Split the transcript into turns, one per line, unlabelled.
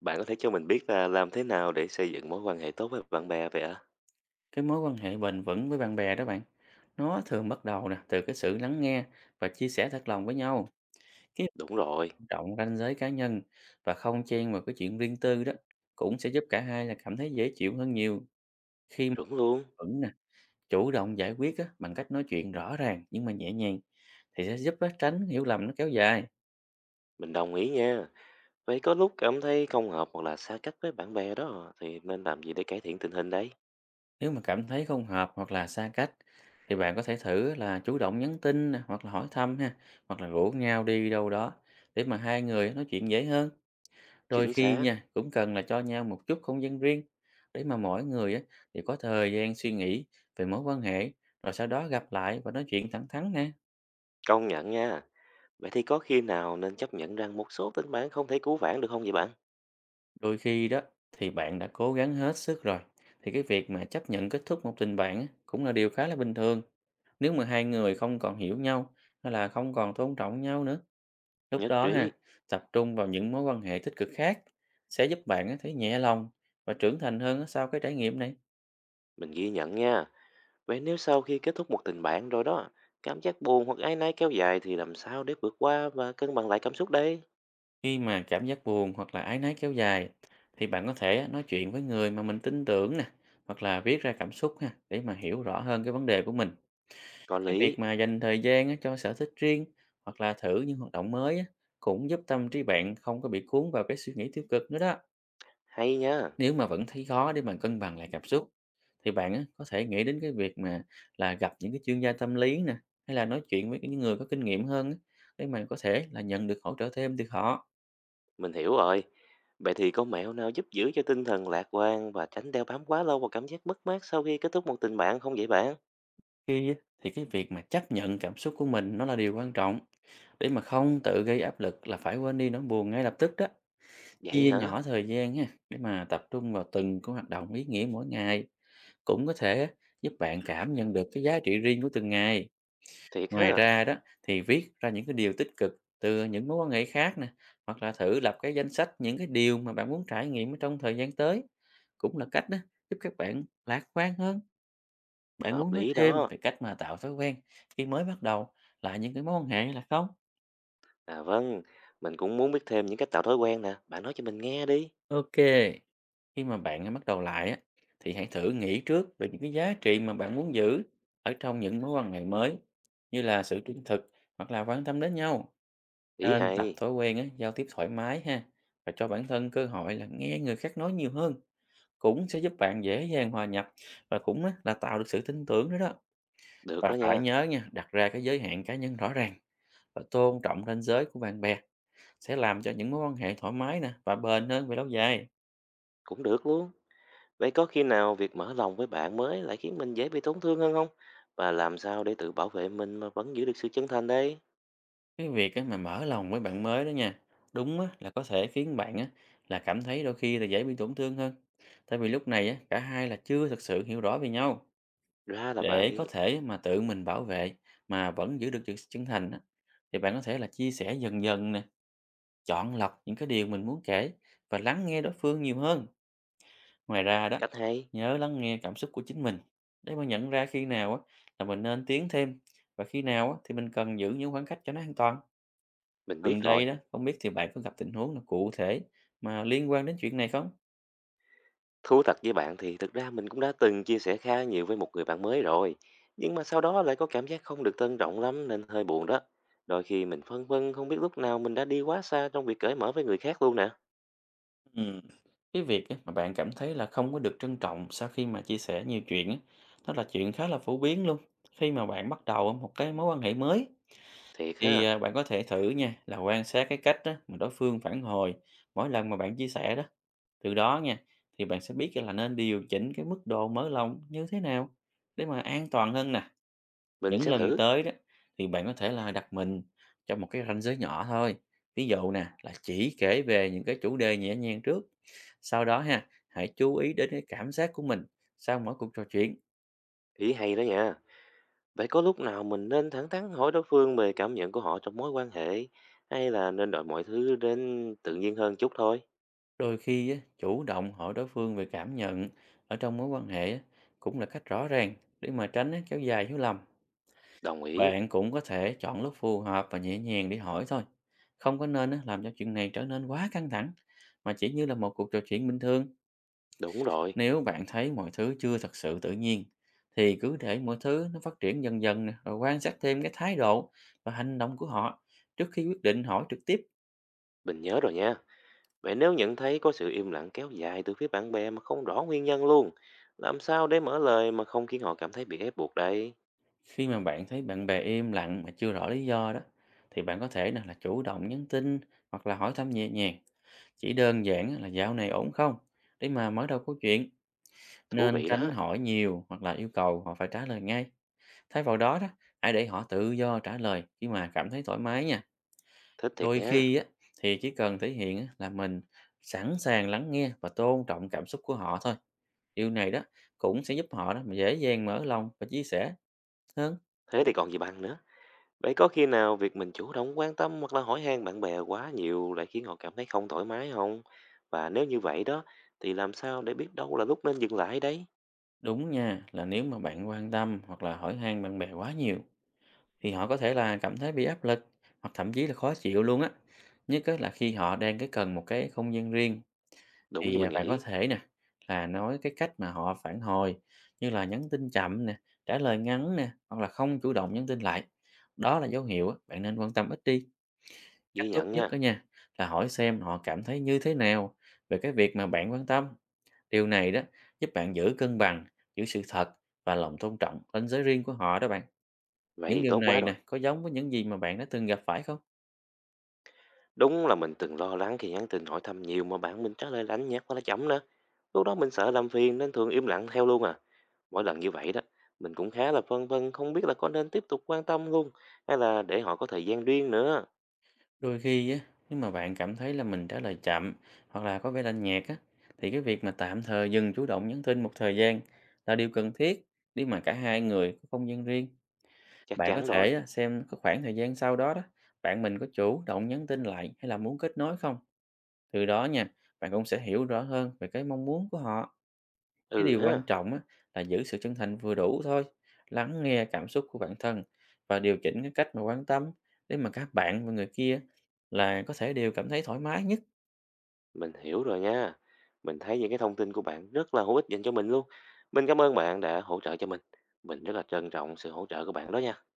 Bạn có thể cho mình biết là làm thế nào để xây dựng mối quan hệ tốt với bạn bè vậy ạ?
Cái mối quan hệ bền vững với bạn bè đó bạn nó thường bắt đầu nè từ cái sự lắng nghe và chia sẻ thật lòng với nhau. cái
Đúng rồi,
Tôn trọng ranh giới cá nhân và không chen vào cái chuyện riêng tư đó cũng sẽ giúp cả hai là cảm thấy dễ chịu hơn nhiều khi mà
chuẩn luôn.
vẫn nè chủ động giải quyết á, bằng cách nói chuyện rõ ràng nhưng mà nhẹ nhàng thì sẽ giúp á, tránh hiểu lầm nó kéo dài.
Mình đồng ý nha. Vậy có lúc cảm thấy không hợp hoặc là xa cách với bạn bè đó thì nên làm gì để cải thiện tình hình đấy?
Nếu mà cảm thấy không hợp hoặc là xa cách thì bạn có thể thử là chủ động nhắn tin nè, hoặc là hỏi thăm ha, hoặc là rủ nhau đi đâu đó để mà hai người nói chuyện dễ hơn. Đôi
Chính
khi
xác,
nha, cũng cần là cho nhau một chút không gian riêng để mà mỗi người á, thì có thời gian suy nghĩ về mối quan hệ, rồi sau đó gặp lại và nói chuyện thẳng thắn nè.
công nhận nha. Vậy thì có khi nào nên chấp nhận rằng một số tình bạn không thể cứu vãn được không vậy bạn?
Đôi khi đó thì bạn đã cố gắng hết sức rồi, thì cái việc mà chấp nhận kết thúc một tình bạn á, cũng là điều khá là bình thường. Nếu mà hai người không còn hiểu nhau hay là không còn tôn trọng nhau nữa, lúc
Nhất
đó
trí,
ha, tập trung vào những mối quan hệ tích cực khác sẽ giúp bạn á, thấy nhẹ lòng và trưởng thành hơn á sau cái trải nghiệm này.
mình ghi nhận nha. Vậy nếu sau khi kết thúc một tình bạn rồi đó, cảm giác buồn hoặc áy náy kéo dài thì làm sao để vượt qua và cân bằng lại cảm xúc đây?
Khi mà cảm giác buồn hoặc là áy náy kéo dài, thì bạn có thể nói chuyện với người mà mình tin tưởng nè, hoặc là viết ra cảm xúc ha, để mà hiểu rõ hơn cái vấn đề của mình.
Có
Cái
lý,
việc mà dành thời gian á, cho sở thích riêng, hoặc là thử những hoạt động mới á, cũng giúp tâm trí bạn không có bị cuốn vào cái suy nghĩ tiêu cực nữa đó.
hay nha.
Nếu mà vẫn thấy khó để mà cân bằng lại cảm xúc, thì bạn á, có thể nghĩ đến cái việc mà là gặp những cái chuyên gia tâm lý nè, hay là nói chuyện với những người có kinh nghiệm hơn á, để mà có thể là nhận được hỗ trợ thêm từ họ.
Mình hiểu rồi. Vậy thì có mẹo nào giúp giữ cho tinh thần lạc quan và tránh đeo bám quá lâu vào cảm giác mất mát sau khi kết thúc một tình bạn không vậy bạn?
Khi á, thì cái việc mà chấp nhận cảm xúc của mình nó là điều quan trọng, để mà không tự gây áp lực là phải quên đi nỗi buồn ngay lập tức đó.
Vậy
Chia nhỏ
hả?
thời gian ha, để mà tập trung vào từng cái hoạt động ý nghĩa mỗi ngày cũng có thể giúp bạn cảm nhận được cái giá trị riêng của từng ngày.
Thiệt
Ngoài
ha?
ra đó, thì viết ra những cái điều tích cực từ những mối quan hệ khác nè, hoặc là thử lập cái danh sách những cái điều mà bạn muốn trải nghiệm ở trong thời gian tới, cũng là cách đó giúp các bạn lạc quan hơn. Bạn
Hợp
muốn nói
lý
thêm
đó.
về cách mà tạo thói quen khi mới bắt đầu lại những cái mối quan hệ là không?
À vâng, mình cũng muốn biết thêm những cách tạo thói quen nè. Bạn nói cho mình nghe đi.
Ok, khi mà bạn bắt đầu lại á, thì hãy thử nghĩ trước về những cái giá trị mà bạn muốn giữ ở trong những mối quan hệ mới, như là sự trung thực hoặc là quan tâm đến nhau.
Ý
Nên tập
hay.
thói quen á, giao tiếp thoải mái ha, và cho bản thân cơ hội là nghe người khác nói nhiều hơn, cũng sẽ giúp bạn dễ dàng hòa nhập và cũng á, là tạo được sự tin tưởng nữa đó.
Được
Và
đó
phải
nha.
nhớ nha, đặt ra cái giới hạn cá nhân rõ ràng và tôn trọng ranh giới của bạn bè sẽ làm cho những mối quan hệ thoải mái nè, và bền hơn về lâu dài.
Cũng được luôn. Vậy có khi nào việc mở lòng với bạn mới lại khiến mình dễ bị tổn thương hơn không? Và làm sao để tự bảo vệ mình mà vẫn giữ được sự chân thành đây?
Cái việc á mà mở lòng với bạn mới đó nha, đúng á là có thể khiến bạn á, là cảm thấy đôi khi là dễ bị tổn thương hơn, tại vì lúc này á, cả hai là chưa thực sự hiểu rõ về nhau.
Ra là
Để có
vậy.
thể mà tự mình bảo vệ mà vẫn giữ được sự chân thành á, thì bạn có thể là chia sẻ dần dần nè, chọn lọc những cái điều mình muốn kể, và lắng nghe đối phương nhiều hơn. Ngoài ra đó,
Cách hay.
nhớ lắng nghe cảm xúc của chính mình, để mà nhận ra khi nào á là mình nên tiến thêm, và khi nào á thì mình cần giữ những khoảng cách cho nó an toàn.
Mình biết
Gần
rồi.
đây đó, không biết thì bạn có gặp tình huống nào cụ thể mà liên quan đến chuyện này không?
Thú thật với bạn thì thực ra mình cũng đã từng chia sẻ khá nhiều với một người bạn mới rồi. Nhưng mà sau đó lại có cảm giác không được tôn trọng lắm nên hơi buồn đó. Đôi khi mình phân vân không biết lúc nào mình đã đi quá xa trong việc cởi mở với người khác luôn nè.
Ừm, Cái việc á, mà bạn cảm thấy là không có được trân trọng sau khi mà chia sẻ nhiều chuyện á, đó là chuyện khá là phổ biến luôn. Khi mà bạn bắt đầu một cái mối quan hệ mới,
Thiệt
thì
ha,
bạn có thể thử nha là quan sát cái cách á mà đối phương phản hồi mỗi lần mà bạn chia sẻ đó. Từ đó nha, thì bạn sẽ biết là nên điều chỉnh cái mức độ mở lòng như thế nào để mà an toàn hơn nè.
mình
Những
sẽ
lần
thử.
tới đó, thì bạn có thể là đặt mình trong một cái ranh giới nhỏ thôi. Ví dụ nè, là chỉ kể về những cái chủ đề nhẹ nhàng trước. Sau đó ha, hãy chú ý đến cái cảm giác của mình sau mỗi cuộc trò chuyện.
Ý hay đó nha. Vậy có lúc nào mình nên thẳng thắn hỏi đối phương về cảm nhận của họ trong mối quan hệ? Hay là nên đợi mọi thứ đến tự nhiên hơn chút thôi?
Đôi khi á, chủ động hỏi đối phương về cảm nhận ở trong mối quan hệ á, cũng là cách rõ ràng để mà tránh á, kéo dài hiểu lầm.
Đồng ý.
Bạn cũng có thể chọn lúc phù hợp và nhẹ nhàng để hỏi thôi. Không có nên á, làm cho chuyện này trở nên quá căng thẳng, mà chỉ như là một cuộc trò chuyện bình thường.
Đúng rồi,
Nếu bạn thấy mọi thứ chưa thật sự tự nhiên, thì cứ để mọi thứ nó phát triển dần dần nè, rồi quan sát thêm cái thái độ và hành động của họ trước khi quyết định hỏi trực tiếp.
mình nhớ rồi nha. Vậy nếu nhận thấy có sự im lặng kéo dài từ phía bạn bè mà không rõ nguyên nhân luôn, làm sao để mở lời mà không khiến họ cảm thấy bị ép buộc đây?
Khi mà bạn thấy bạn bè im lặng mà chưa rõ lý do đó, thì bạn có thể nè là chủ động nhắn tin hoặc là hỏi thăm nhẹ nhàng. Chỉ đơn giản á, là dạo này ổn không? Để mà mở đầu câu chuyện.
Thú
Nên
vị
tránh
đó,
hỏi nhiều hoặc là yêu cầu họ phải trả lời ngay. Thay vào đó đó, hãy để họ tự do trả lời khi mà cảm thấy thoải mái nha.
thích thiệt
Đôi
nha.
khi á, thì chỉ cần thể hiện á, là mình sẵn sàng lắng nghe và tôn trọng cảm xúc của họ thôi. Điều này đó cũng sẽ giúp họ đó mà dễ dàng mở lòng và chia sẻ hơn.
Thế thì còn gì bằng nữa. Vậy có khi nào việc mình chủ động quan tâm hoặc là hỏi han bạn bè quá nhiều lại khiến họ cảm thấy không thoải mái không? Và nếu như vậy đó, thì làm sao để biết đâu là lúc nên dừng lại đấy?
Đúng nha, là nếu mà bạn quan tâm hoặc là hỏi han bạn bè quá nhiều, thì họ có thể là cảm thấy bị áp lực, hoặc thậm chí là khó chịu luôn á. Nhất á là khi họ đang cái cần một cái không gian riêng.
Đúng như
Thì,
mình
bạn có
nghĩ,
thể nè, là nói cái cách mà họ phản hồi, như là nhắn tin chậm nè, trả lời ngắn nè, hoặc là không chủ động nhắn tin lại. Đó là dấu hiệu á, bạn nên quan tâm ít đi. Cách
ghi
tốt
nhận
nhất đó
nha.
nha, là hỏi xem họ cảm thấy như thế nào về cái việc mà bạn quan tâm. Điều này đó giúp bạn giữ cân bằng, giữ sự thật và lòng tôn trọng ranh giới riêng của họ đó bạn.
Vậy
Những
thì
điều
tốt quá
này nè,
rồi.
có giống với những gì mà bạn đã từng gặp phải không?
Đúng là mình từng lo lắng khi nhắn tin hỏi thăm nhiều mà bạn mình trả lời lạnh nhạt quá là chậm nữa. Lúc đó mình sợ làm phiền nên thường im lặng theo luôn à. Mỗi lần như vậy đó, mình cũng khá là phân vân không biết là có nên tiếp tục quan tâm luôn hay là để họ có thời gian riêng nữa.
Đôi khi á, nếu mà bạn cảm thấy là mình trả lời chậm hoặc là có vẻ lạnh nhạt á, thì cái việc mà tạm thời dừng chủ động nhắn tin một thời gian là điều cần thiết, nếu mà cả hai người có không gian riêng.
Chắc
Bạn có
chắn rồi.
thể á, xem cái khoảng thời gian sau đó đó, bạn mình có chủ động nhắn tin lại hay là muốn kết nối không. Từ đó nha, bạn cũng sẽ hiểu rõ hơn về cái mong muốn của họ. Cái
Ừ
điều quan
ha,
trọng á, là giữ sự chân thành vừa đủ thôi, lắng nghe cảm xúc của bản thân và điều chỉnh cái cách mà quan tâm, để mà các bạn và người kia là có thể đều cảm thấy thoải mái nhất.
mình hiểu rồi nha. Mình thấy những cái thông tin của bạn rất là hữu ích dành cho mình luôn. Mình cảm ơn bạn đã hỗ trợ cho mình. Mình rất là trân trọng sự hỗ trợ của bạn đó nha.